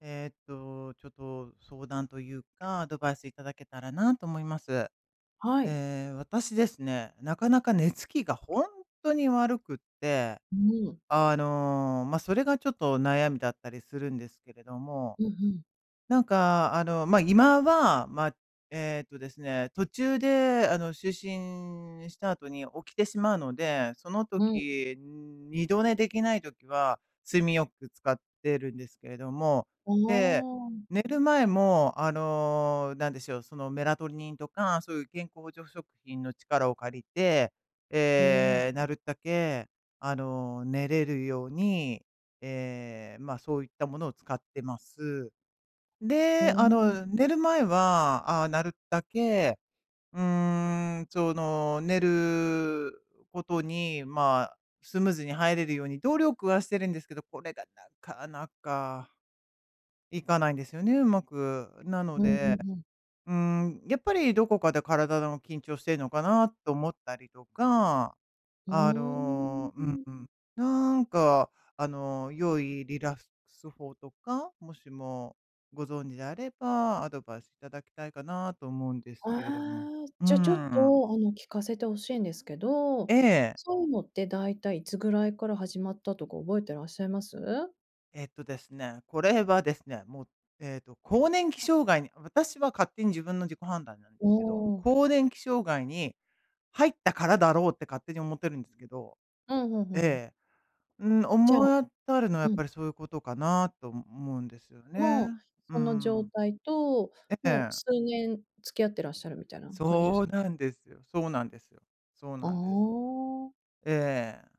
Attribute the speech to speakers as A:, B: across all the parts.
A: ちょっと相談というか、アドバイスいただけたらなと思います。
B: はい。
A: 私ですね、なかなか寝つきが本当に悪くって、
B: うん、う
A: まあ、それがちょっと悩みだったりするんですけれども、
B: ん
A: なんか、まあ、今は、まあ、えっとですね、途中で、就寝した後に起きてしまうので、その
B: うん、うん。
A: 時、二度寝できない時は、睡眠よく使ってるんですけれども、
B: あ
A: で、
B: あ、
A: 寝る前も、なんでしょう、そのメラトニンとか、そういう健康助食品の力を借りて、
B: ふん、
A: なるだけ、寝れるように、ええ、まあ、そういったものを使ってます。
B: ふ
A: で、
B: ん。
A: 寝る前は、あ、なるだけ、その、寝ることに、まあ、スムーズに入れるように努力はしてるんですけど、これがなかなかいかないんですよね、うまく。なの
B: うんうんう
A: で、
B: んうん、
A: うん、やっぱりどこかで体の緊張してるのかなと思ったりとか、
B: ああ、う
A: あ
B: んんうんうん
A: の、
B: う
A: うん
B: んうーん。
A: うん。なんか、良いリラックス法とか、もしもご存知であれば、アドバイスいただきたいかなと思うんです
B: あ
A: けれども。
B: あ、
A: う
B: じゃ、ちょっ
A: ん。
B: と、聞かせて欲しいんですけど、
A: ええ。
B: そういうのって大体いつぐらいから始まったとか覚えてらっしゃいます？
A: えっとですね、これはですね、もう、更年期障害に私は勝手に自分の自己判断なんで
B: お
A: すけど、
B: お、
A: 更年期障害に入ったからだろうって勝手に思ってるんですけど。
B: うんうん
A: え
B: うん。
A: え。うん、
B: じ
A: 思
B: ゃあ
A: い当たるのはや
B: う
A: っ
B: ん、
A: ぱりそういうことかなと思うんですよね。
B: もう
A: う
B: その状
A: ん。
B: 態と、
A: え
B: もう
A: え。
B: 数年付き合ってらっしゃるみたいな感じです
A: そう
B: か？
A: なんですよ。そうなんですよ。そう
B: あ
A: なんです。
B: あ。
A: ええ。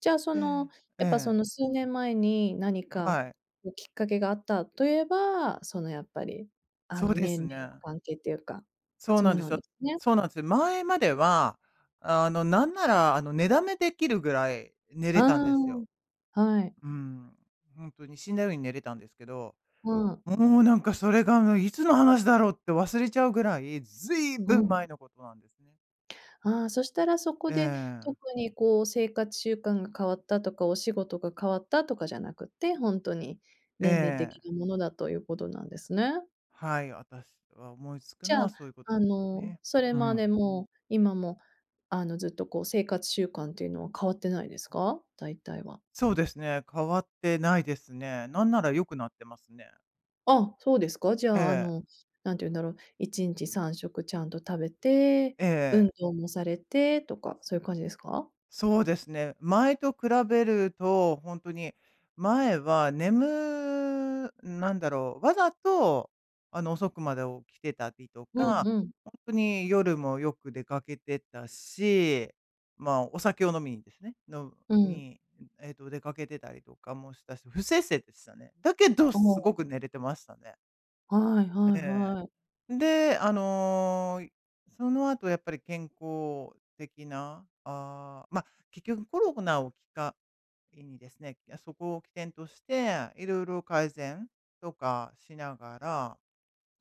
B: じゃあ、そ
A: え
B: の、
A: え。え
B: やっぱ、そ
A: え。
B: の、数年前に何か、
A: はい。
B: こう、きっかけがあったといえば、その、やっぱり、
A: そうで
B: 年
A: す
B: 齢の
A: ね。
B: 関係っていうか。
A: そうな
B: そ
A: ん
B: う
A: で
B: な
A: す
B: ん
A: よ。
B: ですね。
A: そうなんですよ。前までは、なんなら、寝だめできるぐらい寝れたんですよ。
B: ああ、はい。
A: うん。本当に死んだように寝れたんですけど、
B: うん、
A: もうなんかそれが、いつの話だろうって忘れちゃうぐらい、ずいぶ
B: う
A: ん
B: ん。
A: 前のことなんですね。
B: ああ、そしたらそこ
A: え
B: で
A: え、
B: 特に、こう、生活習慣が変わったとか、お仕事が変わったとかじゃなくて、ほんとに
A: え
B: 年齢的な
A: え、
B: ものだということなんですね。
A: はい、私は思いつく
B: じ
A: の
B: ゃ
A: は
B: あ、
A: そういうことね。
B: それ
A: う
B: まで
A: ん。
B: も今も、ずっとこう生活習慣っていうのは変わってないですか？大体は。
A: そうですね、変わってないですね。なんなら良くなってますね。
B: あ、そうですか。じゃ
A: え
B: あ、
A: え、
B: なんて言うんだろう、1日3食ちゃんと食べて、
A: え
B: 運
A: え。
B: 動もされてとか、そういう感じですか？
A: そうですね。前と比べると、本当に、前は眠なんだろう、わざと、遅くまで起きてたりと
B: うん
A: か、
B: うん。
A: 本当に夜もよく出かけてたし、まあ、お酒を飲みにですね、の
B: うん。
A: に、出かけてたりとかもしたし、不摂生でしたね。だけど、
B: あ
A: すごく寝れてましたね。
B: あ、はいはい
A: え
B: はい。
A: え。で、その後やっぱり健康的な、ああ、まあ、結局コロナをきっかけにですね、そこを起点として、いろいろ改善とかしながら、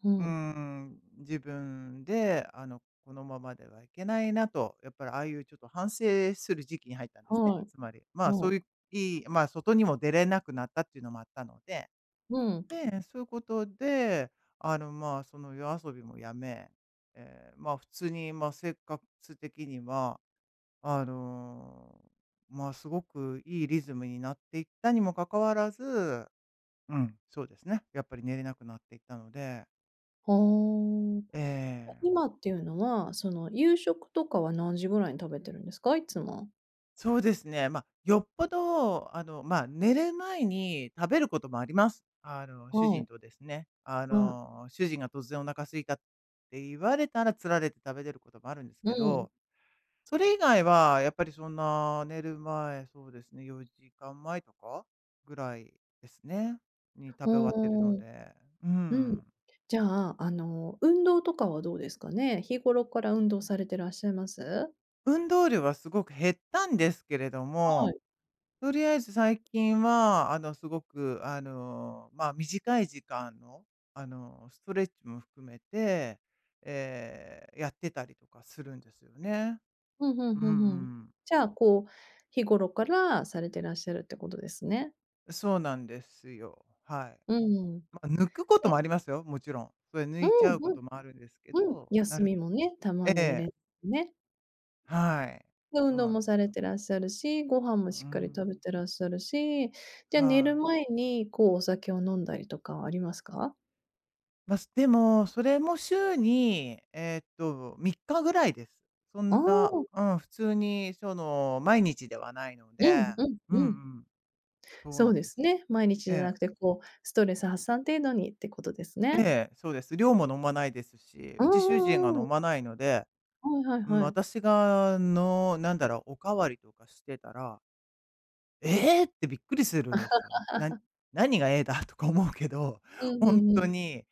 B: う
A: う
B: ん。
A: ん、自分で、このままではいけないなと、やっぱりああいうちょっと反省する時期に入ったんですね。
B: はい、
A: つまり、まあ、そ
B: は
A: う
B: い。
A: いう、いいまあ、外にも出れなくなったっていうのもあったので、
B: うん。
A: で、そういうことで、まあ、その夜遊びもやめ、ええ、まあ、普通に、まあ、生活的には、あの、まあ、すごくいいリズムになっていったにもかかわらず、うん、そうですね、やっぱり寝れなくなっていったので、
B: は
A: え
B: あ。
A: え、
B: 今っていうのは、その、夕食とかは何時ぐらいに食べてるんですか？いつも。
A: そうですね、まあ、よっぽど、まあ、寝る前に食べることもあります。主
B: は
A: 人
B: い。
A: とですね、
B: はい。
A: 主人が突然お腹空いたって言われたら、つられて食べれることもあるんです
B: う
A: け
B: ん。
A: ど、それ以外は、やっぱりそんな、寝る前、そうですね、4時間前とかぐらいですね、に食べ終わってる
B: お
A: の
B: お、
A: で、う
B: うん。
A: ん。
B: じゃあ、運動とかはどうですかね？日頃から運動されてらっしゃいます？
A: 運動量はすごく減ったんですけれど
B: は
A: も、
B: い。
A: とりあえず最近は、すごく、まあ、短い時間の、ストレッチも含めて、やってたりとかするんですよね。
B: うんう
A: う
B: ん
A: んう
B: うんうん。
A: ん。
B: じゃあ、こう、日頃からされてらっしゃるってことですね。
A: そうなんですよ。はい。
B: うん。で、
A: まあ、抜くこともありますよ、もちろん。それ抜
B: うん
A: いちゃうこともあるんですけ
B: うんうん。
A: ど、な
B: 休
A: る
B: みもね、た
A: え
B: まに入
A: え、
B: れてね。
A: はい。
B: で、運
A: そう
B: 動
A: なん
B: も
A: です
B: され
A: よ。
B: てらっしゃるし、ご飯も
A: う
B: しっかり食べ
A: ん、
B: てらっしゃるし、じゃ、あ寝
A: は
B: る
A: い。
B: 前に、こう、お酒を飲んだりとかはありますか？
A: まあ、すでも、それも週に、3日ぐらいです。そん
B: ああ
A: な、
B: ー、
A: うん、普通にその、毎日ではないの
B: うん
A: で、
B: うん
A: うんう
B: うん。
A: ん、そう
B: そ
A: な
B: う
A: ん
B: で
A: で
B: す
A: すよ。
B: ね。毎日じ
A: え
B: ゃ
A: え、
B: なくて、こう、ストレス発散程度にってことです
A: え
B: ね。
A: え、そうです。量も飲まないですし、
B: う
A: うち主人が
B: んうんうん。
A: 飲まないので、
B: はいはい
A: うん、
B: はい。
A: 私がの、なんだろう、お代わりとかしてたら「えーってびっくりするんですよ。な何が「ええ」だとか思うけど、
B: うん
A: 本
B: うんう
A: 当
B: ん。
A: に、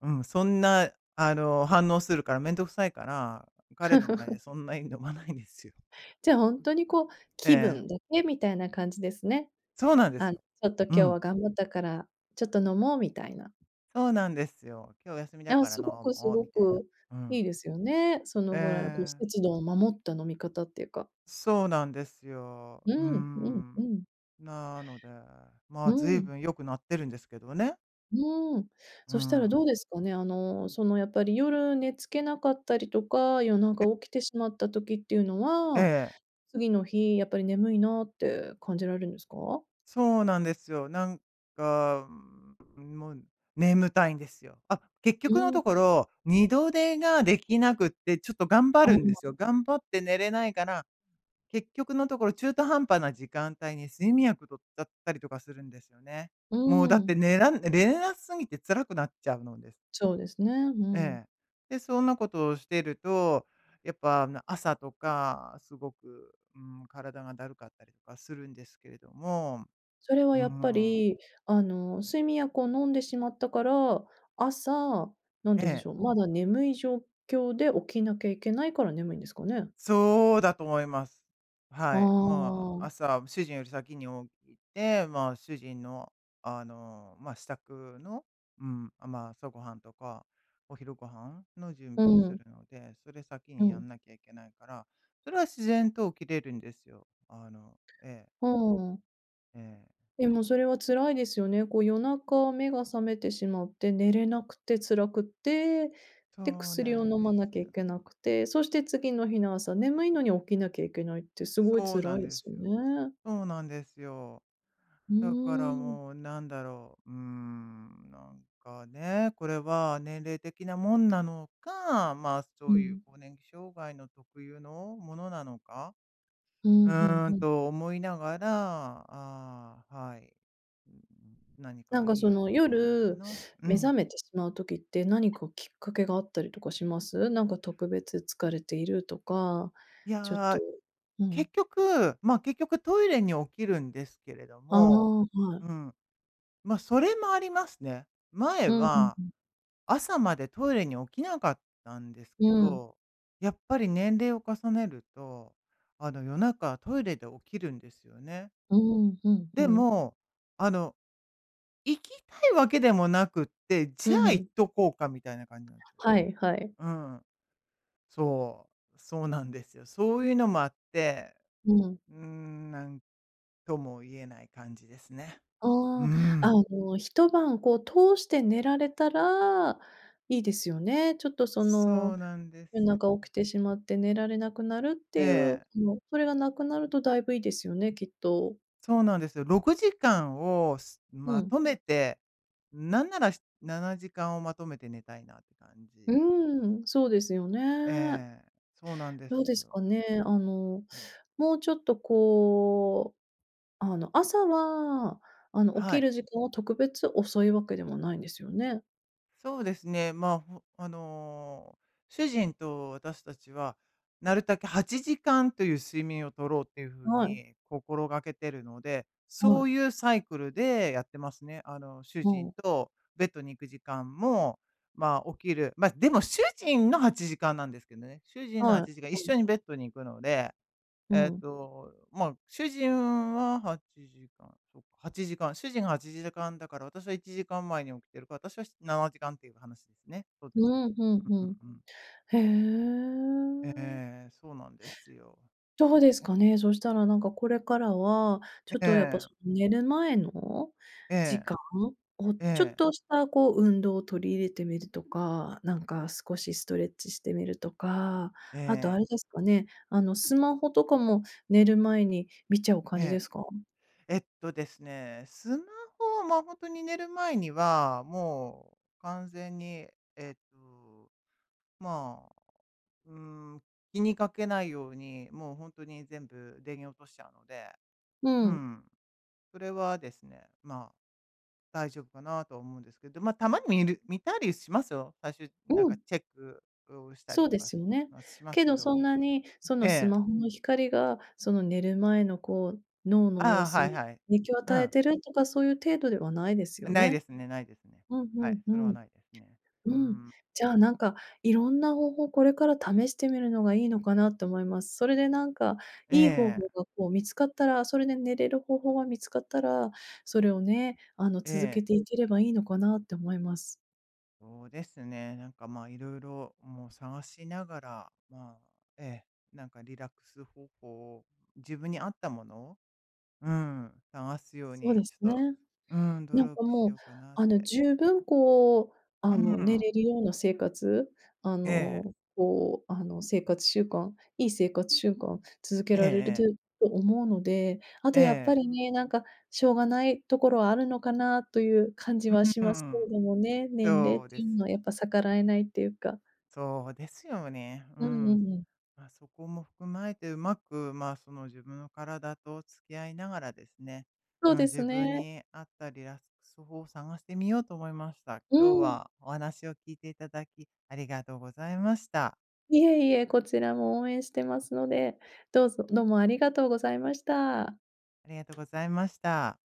A: うん、そんな、反応するからめんどくさいから、彼の前でそんなに飲まないんですよ。
B: じゃあ、ほんとにこう、
A: え
B: 気
A: え。
B: 分だけみたいな感じですね。
A: そうなんです
B: ち
A: よ。
B: ょっと今
A: う
B: 日
A: ん、
B: は頑張ったから、ちょっと飲もうみたいな。
A: そうなんですよ。「今日休み
B: い
A: だ
B: や、
A: から飲
B: すごくす
A: もう」
B: ご
A: みたいな。
B: く
A: う
B: いい
A: ん。
B: ですよね。そ
A: え
B: のぐらいのこう、
A: え、
B: 節度を守った飲み方っていうか。
A: そうなんですよ。
B: う
A: う
B: ん、うん、う
A: ん。
B: ん、
A: なので、まあ、
B: う
A: 随
B: ん。
A: 分良くなってるんですけどね。
B: うーん。
A: う
B: そしたら
A: ん。
B: どうですかね、あの、その、やっぱり夜寝付けなかったりとか、夜
A: え
B: 中起きてしまった時っていうの
A: え
B: は、
A: ええ。
B: 次の日やっぱり眠いなって感じられるんですか？
A: そうなんですよ。なんか、うん、もう眠たいんですよ。あ、結
B: う
A: 局のと
B: ん。
A: ころ、二度寝ができなくって、ちょっと頑張るんで
B: あ、
A: すよ。頑張って寝れないから、結局のところ中途半端な時間帯に睡眠薬取っちゃったりとかするんですよね。
B: う
A: もうだって
B: ん。
A: 寝らん寝れなすぎて辛くなっちゃうのです。
B: そうですね、う
A: え
B: ん。
A: え。で、そんなことをしてると、やっぱな朝とかすごく、うん、体がだるかったりとかするんですけれども、
B: それは
A: う
B: やっぱ
A: ん。
B: り、睡眠薬を飲んでしまったから、朝、なん
A: え
B: て言うんで
A: え、
B: しょう、まだ眠い状況で起きなきゃいけないから眠いんですかね？
A: そうだと思います。
B: あ
A: はい。ま
B: あ、
A: あ、
B: う
A: 朝、主人より先に起きて、まあ、主人の、まあ、支度の、うん、あまあ、朝ごはんとか、お昼ご飯の準備をす
B: ん、
A: るので、それ先
B: う
A: にや
B: ん、
A: んなきゃいけないから、それは自然と起きれるんですよ。あの、ええ、
B: うん。
A: ええ。
B: でもそれは辛いですよね。こう夜中目が覚めてしまって、寝れなくて辛くて、で、
A: そう
B: 薬
A: な
B: を
A: ん
B: 飲
A: で
B: まな
A: す
B: きゃい
A: よ。
B: けなくて、そして次の日の朝、眠いのに起きなきゃいけないってすごい
A: そうな
B: 辛
A: ん
B: いで
A: で
B: す
A: す
B: よ
A: よ。
B: ね。
A: そうなんですよ。
B: う
A: だから
B: ーん。
A: もうなんだろう、なんかね、これは年齢的なもんなのか、まあ、
B: う
A: そういう
B: ん。
A: 更年期障害の特有のものなのか、
B: う
A: う
B: ん、ふん
A: ー
B: ふ
A: ん
B: ん。
A: と思いながら、あーはい。うん、何
B: な
A: か
B: ん
A: い
B: かそ
A: い
B: の
A: もあれば
B: 夜、
A: なって。う
B: 目
A: ん。
B: 覚めてしまう時って何かきっかけがあったりとかします？なんか特別疲れているとか、
A: い
B: ちょっ
A: や
B: と
A: ー、
B: うん。
A: 結局、まあ、結局トイレに起きるんですけれど
B: あ
A: も、
B: あ、は
A: う
B: い。
A: ん、ま、あそれもありますね。前
B: うんう
A: は
B: ん。
A: 朝までトイレに起きなかったんです
B: う
A: け
B: ん。
A: ど、やっぱり年齢を重ねると、夜中トイレで起きるんですよね。
B: うん、ふんふ
A: で
B: ん。
A: も、あの、行きたいわけでもなくって、
B: う
A: じゃあ行っ
B: ん、
A: とこうかみたいな感じなんですよ。
B: はいはい。
A: うん。そそうなんですよ。そういうのもあって、
B: うん。
A: なんとも言えない感じですね。う
B: ああ、
A: ん。
B: 一晩こう通して寝られたらいいですよね。ちょっとそ
A: そ
B: の、
A: うなんで
B: 夜
A: すよ。
B: 中起きてしまって寝られなくなるっ
A: え
B: ていう、
A: え。
B: もう、それがなくなるとだいぶいいですよね、きっと。
A: そうなんですよ。6時間を
B: う
A: ま
B: ん。
A: とめて、なんなら7時間をまとめて寝たいなって感
B: う
A: じ。
B: ーん、そうですよね。
A: ええ、そうなんで
B: どう
A: す
B: です
A: よ。
B: かね、あの、もうちょっとこう、あの、朝は、あの、起
A: は
B: き
A: い。
B: る時間は特別遅いわけでもないんですよね。
A: そうですね。まあ、主人と私たちは、なるだけ8時間という睡眠を取ろうっていうふう
B: はい、
A: に心がけてるので、
B: は
A: そ
B: い、
A: ういうサイクルでやってますね。主
B: う
A: 人
B: ん。
A: とベッドに行く時間も、まあ、起きる。まあ、でも主人の8時間なんですけどね。主人の
B: はい。
A: 8時間、一
B: うん。
A: 緒にベッドに行くので、
B: うん。
A: まあ、主人は8時間、主人が8時間だから、私は1時間前に起きてるから、私は7時間っていう話ですね。そうで
B: う
A: すね。
B: んうん
A: う
B: う
A: ん
B: ん。
A: うんうん。
B: へ
A: え
B: え。
A: え、そうなんですよ。
B: どうですかね、そしたらなんかこれからは、ちょっ
A: え
B: とやっぱ
A: え、
B: その寝る前の
A: え
B: 時
A: え、
B: 間を、
A: え
B: ちょっ
A: え、
B: としたこう運動を取り入れてみるとか、なんか少しストレッチしてみるとか、
A: え
B: あとあ
A: え、
B: れですかね、あのスマホとかも寝る前に見ちゃう感
A: え
B: じで
A: え。
B: すか？
A: えっとですね、スマホは、まあ、本当に寝る前には、もう完全に、えっと、まあ、うん、気にかけないように、もう本当に全部電源落としちゃうので、
B: う
A: う
B: ん。
A: ん、それはですね、まあ、大丈夫かなとは思うんですけど、まあ、たまに見たりしますよ。最終なん
B: う
A: か
B: ん。
A: チェックをしたり
B: そう
A: と
B: で
A: かし、
B: すよね。
A: まあします
B: け
A: け
B: ど
A: ど。
B: そんなに、そのス
A: ええ。
B: マホの光が、その寝る前のこう、脳の
A: あ
B: 様
A: あ、
B: 子
A: はい
B: に
A: はい。
B: 影響を
A: う
B: 与え
A: ん。
B: てるとか、そういう程度ではないですよ
A: ないで
B: ね。
A: すねないですね。
B: うん
A: は
B: う
A: い、
B: んう
A: それは
B: ん。
A: ないですね。う
B: うん。
A: ん。
B: じゃあなんか、いろんな方法これから試してみるのがいいのかなって思います。それでなんか、
A: え
B: いい方法
A: え、
B: がこう見つかったら、それで寝れる方法が見つかったら、それをね、あの
A: え
B: 続け
A: え。
B: ていければいいのかなって思います。
A: そうですね、なんか、まあ、いろいろもう探しながら、まあ、ええ、なんかリラックス方法を、自分に合ったものをうん、探すよう
B: そう
A: に
B: で
A: ち
B: す
A: ょっと、
B: ね。
A: うん、努
B: なんか
A: 力し
B: もう、
A: ようかなって。
B: 十分こう、
A: う
B: 寝
A: ん、
B: れるような生活、
A: ええ、
B: こう、生活習慣、いい生活習慣続け
A: ええ
B: られると
A: ええ、
B: 思うので、あ
A: え
B: とやっぱ
A: え
B: りね、なんか、しょうがないところはあるのかなという感じはし
A: う
B: ますけ
A: ん、
B: れどもね、年齢っ
A: そうで
B: ていう
A: す。
B: のはやっぱ逆らえないっていうか。
A: そうですよね。う
B: うんう
A: ん。
B: んうん。
A: まあ、そこも含まてうまく、まあ、その自分の体と付き合いながらですね、
B: そ
A: う
B: う
A: ん、
B: です
A: 自分
B: ね。
A: に合ったリラックス法を探してみようと思いました。
B: う
A: 今日
B: ん。
A: はお話を聞いていただき、ありがとうございました。
B: いえいえ、こちらも応援してますので、どうぞどうもありがとうございました。
A: ありがとうございました。